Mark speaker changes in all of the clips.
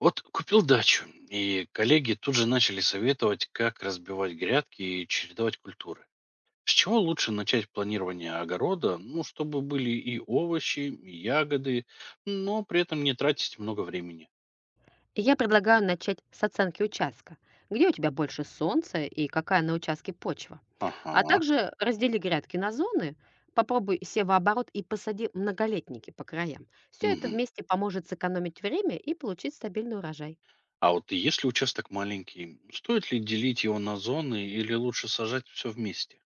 Speaker 1: Вот купил дачу, и коллеги тут же начали советовать, как разбивать грядки и чередовать культуры. С чего лучше начать планирование огорода, ну, чтобы были и овощи, и ягоды, но при этом не тратить много времени?
Speaker 2: Я предлагаю начать с оценки участка. Где у тебя больше солнца и какая на участке почва? А
Speaker 1: Ага.
Speaker 2: также раздели грядки на зоны, попробуй севооборот и посади многолетники по краям. Все это
Speaker 1: Мгм.
Speaker 2: вместе поможет сэкономить время и получить стабильный урожай.
Speaker 1: А вот если участок маленький, стоит ли делить его на зоны или лучше сажать все вместе?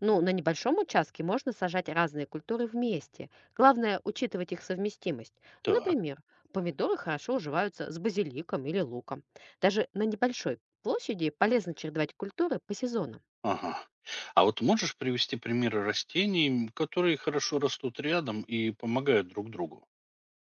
Speaker 2: Ну, на небольшом участке можно сажать разные культуры вместе. Главное учитывать их совместимость.
Speaker 1: Так,
Speaker 2: Например, помидоры хорошо уживаются с базиликом или луком. Даже на небольшой площади полезно чередовать культуры по сезонам.
Speaker 1: ага. А вот можешь привести примеры растений, которые хорошо растут рядом и помогают друг другу?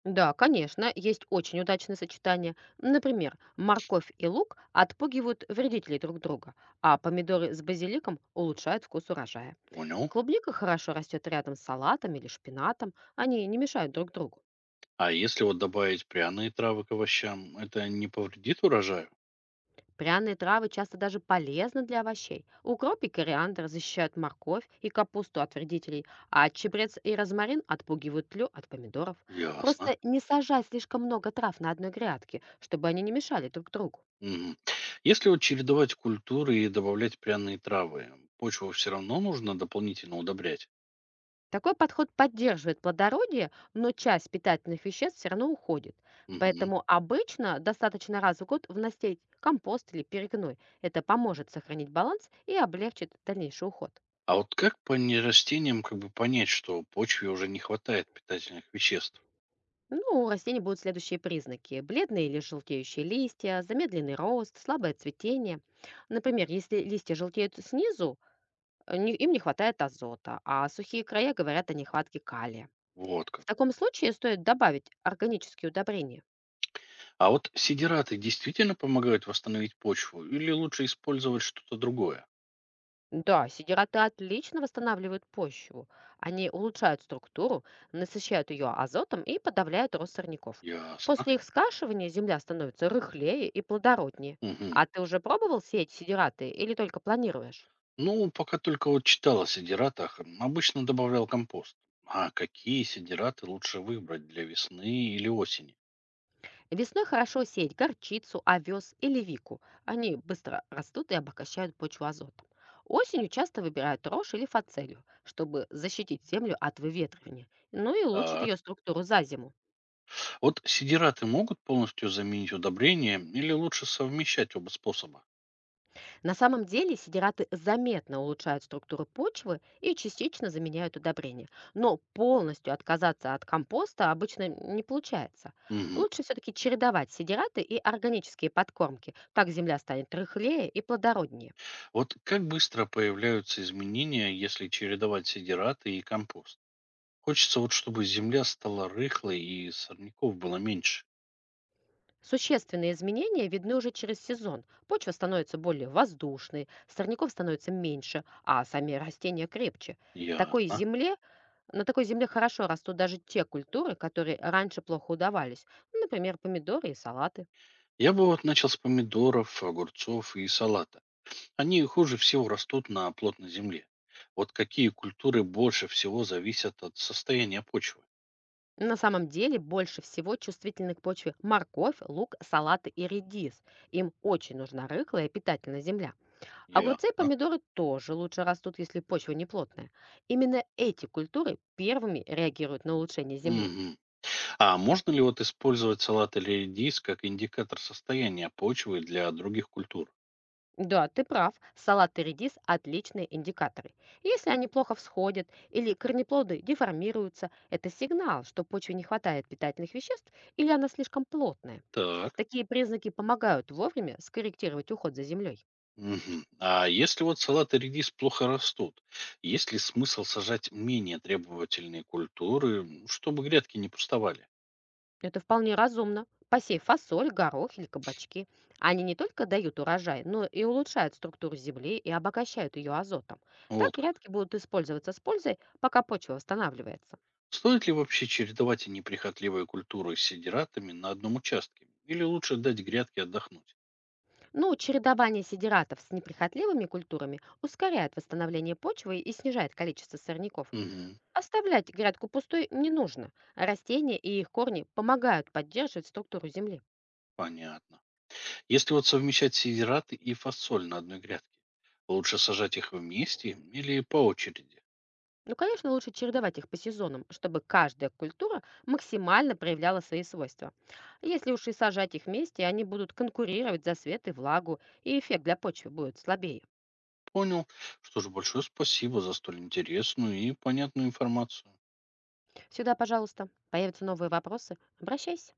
Speaker 2: Да, конечно, есть очень удачное сочетание. Например, морковь и лук отпугивают вредителей друг друга, а помидоры с базиликом улучшают вкус урожая.
Speaker 1: Понял.
Speaker 2: Клубника хорошо растет рядом с салатом или шпинатом, они не мешают друг другу.
Speaker 1: А если вот добавить пряные травы к овощам, это не повредит урожаю?
Speaker 2: Пряные травы часто даже полезны для овощей. Укроп и кориандр защищают морковь и капусту от вредителей, а чебрец и розмарин отпугивают тлю от помидоров.
Speaker 1: Ясно.
Speaker 2: Просто не сажай слишком много трав на одной грядке, чтобы они не мешали друг другу.
Speaker 1: Мгм. Если вот чередовать культуры и добавлять пряные травы, почву все равно нужно дополнительно удобрять.
Speaker 2: Такой подход поддерживает плодородие, но часть питательных веществ все равно уходит.
Speaker 1: Мгм.
Speaker 2: Поэтому обычно достаточно раз в год вносить компост или перегной. Это поможет сохранить баланс и облегчит дальнейший уход.
Speaker 1: А вот как по растениям как бы понять, что почве уже не хватает питательных веществ?
Speaker 2: Ну, у растений будут следующие признаки. Бледные или желтеющие листья, замедленный рост, слабое цветение. Например, если листья желтеют снизу, им не хватает азота, а сухие края говорят о нехватке калия.
Speaker 1: Вот
Speaker 2: В
Speaker 1: как.
Speaker 2: таком случае стоит добавить органические удобрения.
Speaker 1: А вот сидираты действительно помогают восстановить почву или лучше использовать что-то другое?
Speaker 2: Да, сидираты отлично восстанавливают почву. Они улучшают структуру, насыщают ее азотом и подавляют рост сорняков.
Speaker 1: Ясно.
Speaker 2: После их скашивания земля становится рыхлее и плодороднее.
Speaker 1: Мгм.
Speaker 2: А ты уже пробовал сеять сидираты или только планируешь?
Speaker 1: Ну, пока только вот читал о сидиратах, обычно добавлял компост. А какие сидираты лучше выбрать для весны или осени?
Speaker 2: Весной хорошо сеять горчицу, овес или вику. Они быстро растут и обогащают почву азотом. Осенью часто выбирают рожь или фацелью, чтобы защитить землю от выветривания, ну и улучшить
Speaker 1: Так,
Speaker 2: ее структуру за зиму.
Speaker 1: вот сидираты могут полностью заменить удобрение или лучше совмещать оба способа?
Speaker 2: На самом деле сидираты заметно улучшают структуру почвы и частично заменяют удобрения. Но полностью отказаться от компоста обычно не получается.
Speaker 1: Мгм.
Speaker 2: Лучше все-таки чередовать сидираты и органические подкормки. Так земля станет рыхлее и плодороднее.
Speaker 1: Вот как быстро появляются изменения, если чередовать сидираты и компост? Хочется вот, чтобы земля стала рыхлой и сорняков было меньше.
Speaker 2: Существенные изменения видны уже через сезон. Почва становится более воздушной, сорняков становится меньше, а сами растения крепче. Такой
Speaker 1: Ясно.
Speaker 2: земле, на такой земле хорошо растут даже те культуры, которые раньше плохо удавались, ну, например, помидоры и салаты.
Speaker 1: Я бы вот начал с помидоров, огурцов и салата. Они хуже всего растут на плотной земле. Вот какие культуры больше всего зависят от состояния почвы?
Speaker 2: На самом деле больше всего чувствительны к почве морковь, лук, салаты и редис. Им очень нужна рыхлая и питательная земля. Огурцы и
Speaker 1: Ясно.
Speaker 2: помидоры тоже лучше растут, если почва не плотная. Именно эти культуры первыми реагируют на улучшение земли.
Speaker 1: Мгм. А можно ли вот использовать салат или редис как индикатор состояния почвы для других культур?
Speaker 2: Да, ты прав, салат и редис – отличные индикаторы. Если они плохо всходят или корнеплоды деформируются, это сигнал, что почве не хватает питательных веществ или она слишком плотная.
Speaker 1: Так.
Speaker 2: Такие признаки помогают вовремя скорректировать уход за землей.
Speaker 1: Мгм. А если вот салат и редис плохо растут, есть ли смысл сажать менее требовательные культуры, чтобы грядки не пустовали?
Speaker 2: Это вполне разумно. Посей фасоль, горох или кабачки. Они не только дают урожай, но и улучшают структуру земли и обогащают ее азотом. Так
Speaker 1: Вот как.
Speaker 2: грядки будут использоваться с пользой, пока почва восстанавливается.
Speaker 1: Стоит ли вообще чередовать неприхотливые культуры с сидиратами на одном участке? Или лучше дать грядке отдохнуть?
Speaker 2: Ну, чередование сидератов с неприхотливыми культурами ускоряет восстановление почвы и снижает количество сорняков.
Speaker 1: Мгм,
Speaker 2: Оставлять грядку пустой не нужно. Растения и их корни помогают поддерживать структуру земли.
Speaker 1: понятно. Если вот совмещать сидираты и фасоль на одной грядке, лучше сажать их вместе или по очереди?
Speaker 2: Ну, конечно, лучше чередовать их по сезонам, чтобы каждая культура максимально проявляла свои свойства. Если уж и сажать их вместе, они будут конкурировать за свет и влагу, и эффект для почвы будет слабее.
Speaker 1: Понял. Что ж, большое спасибо за столь интересную и понятную информацию.
Speaker 2: Сюда, пожалуйста, появятся новые вопросы, обращайся.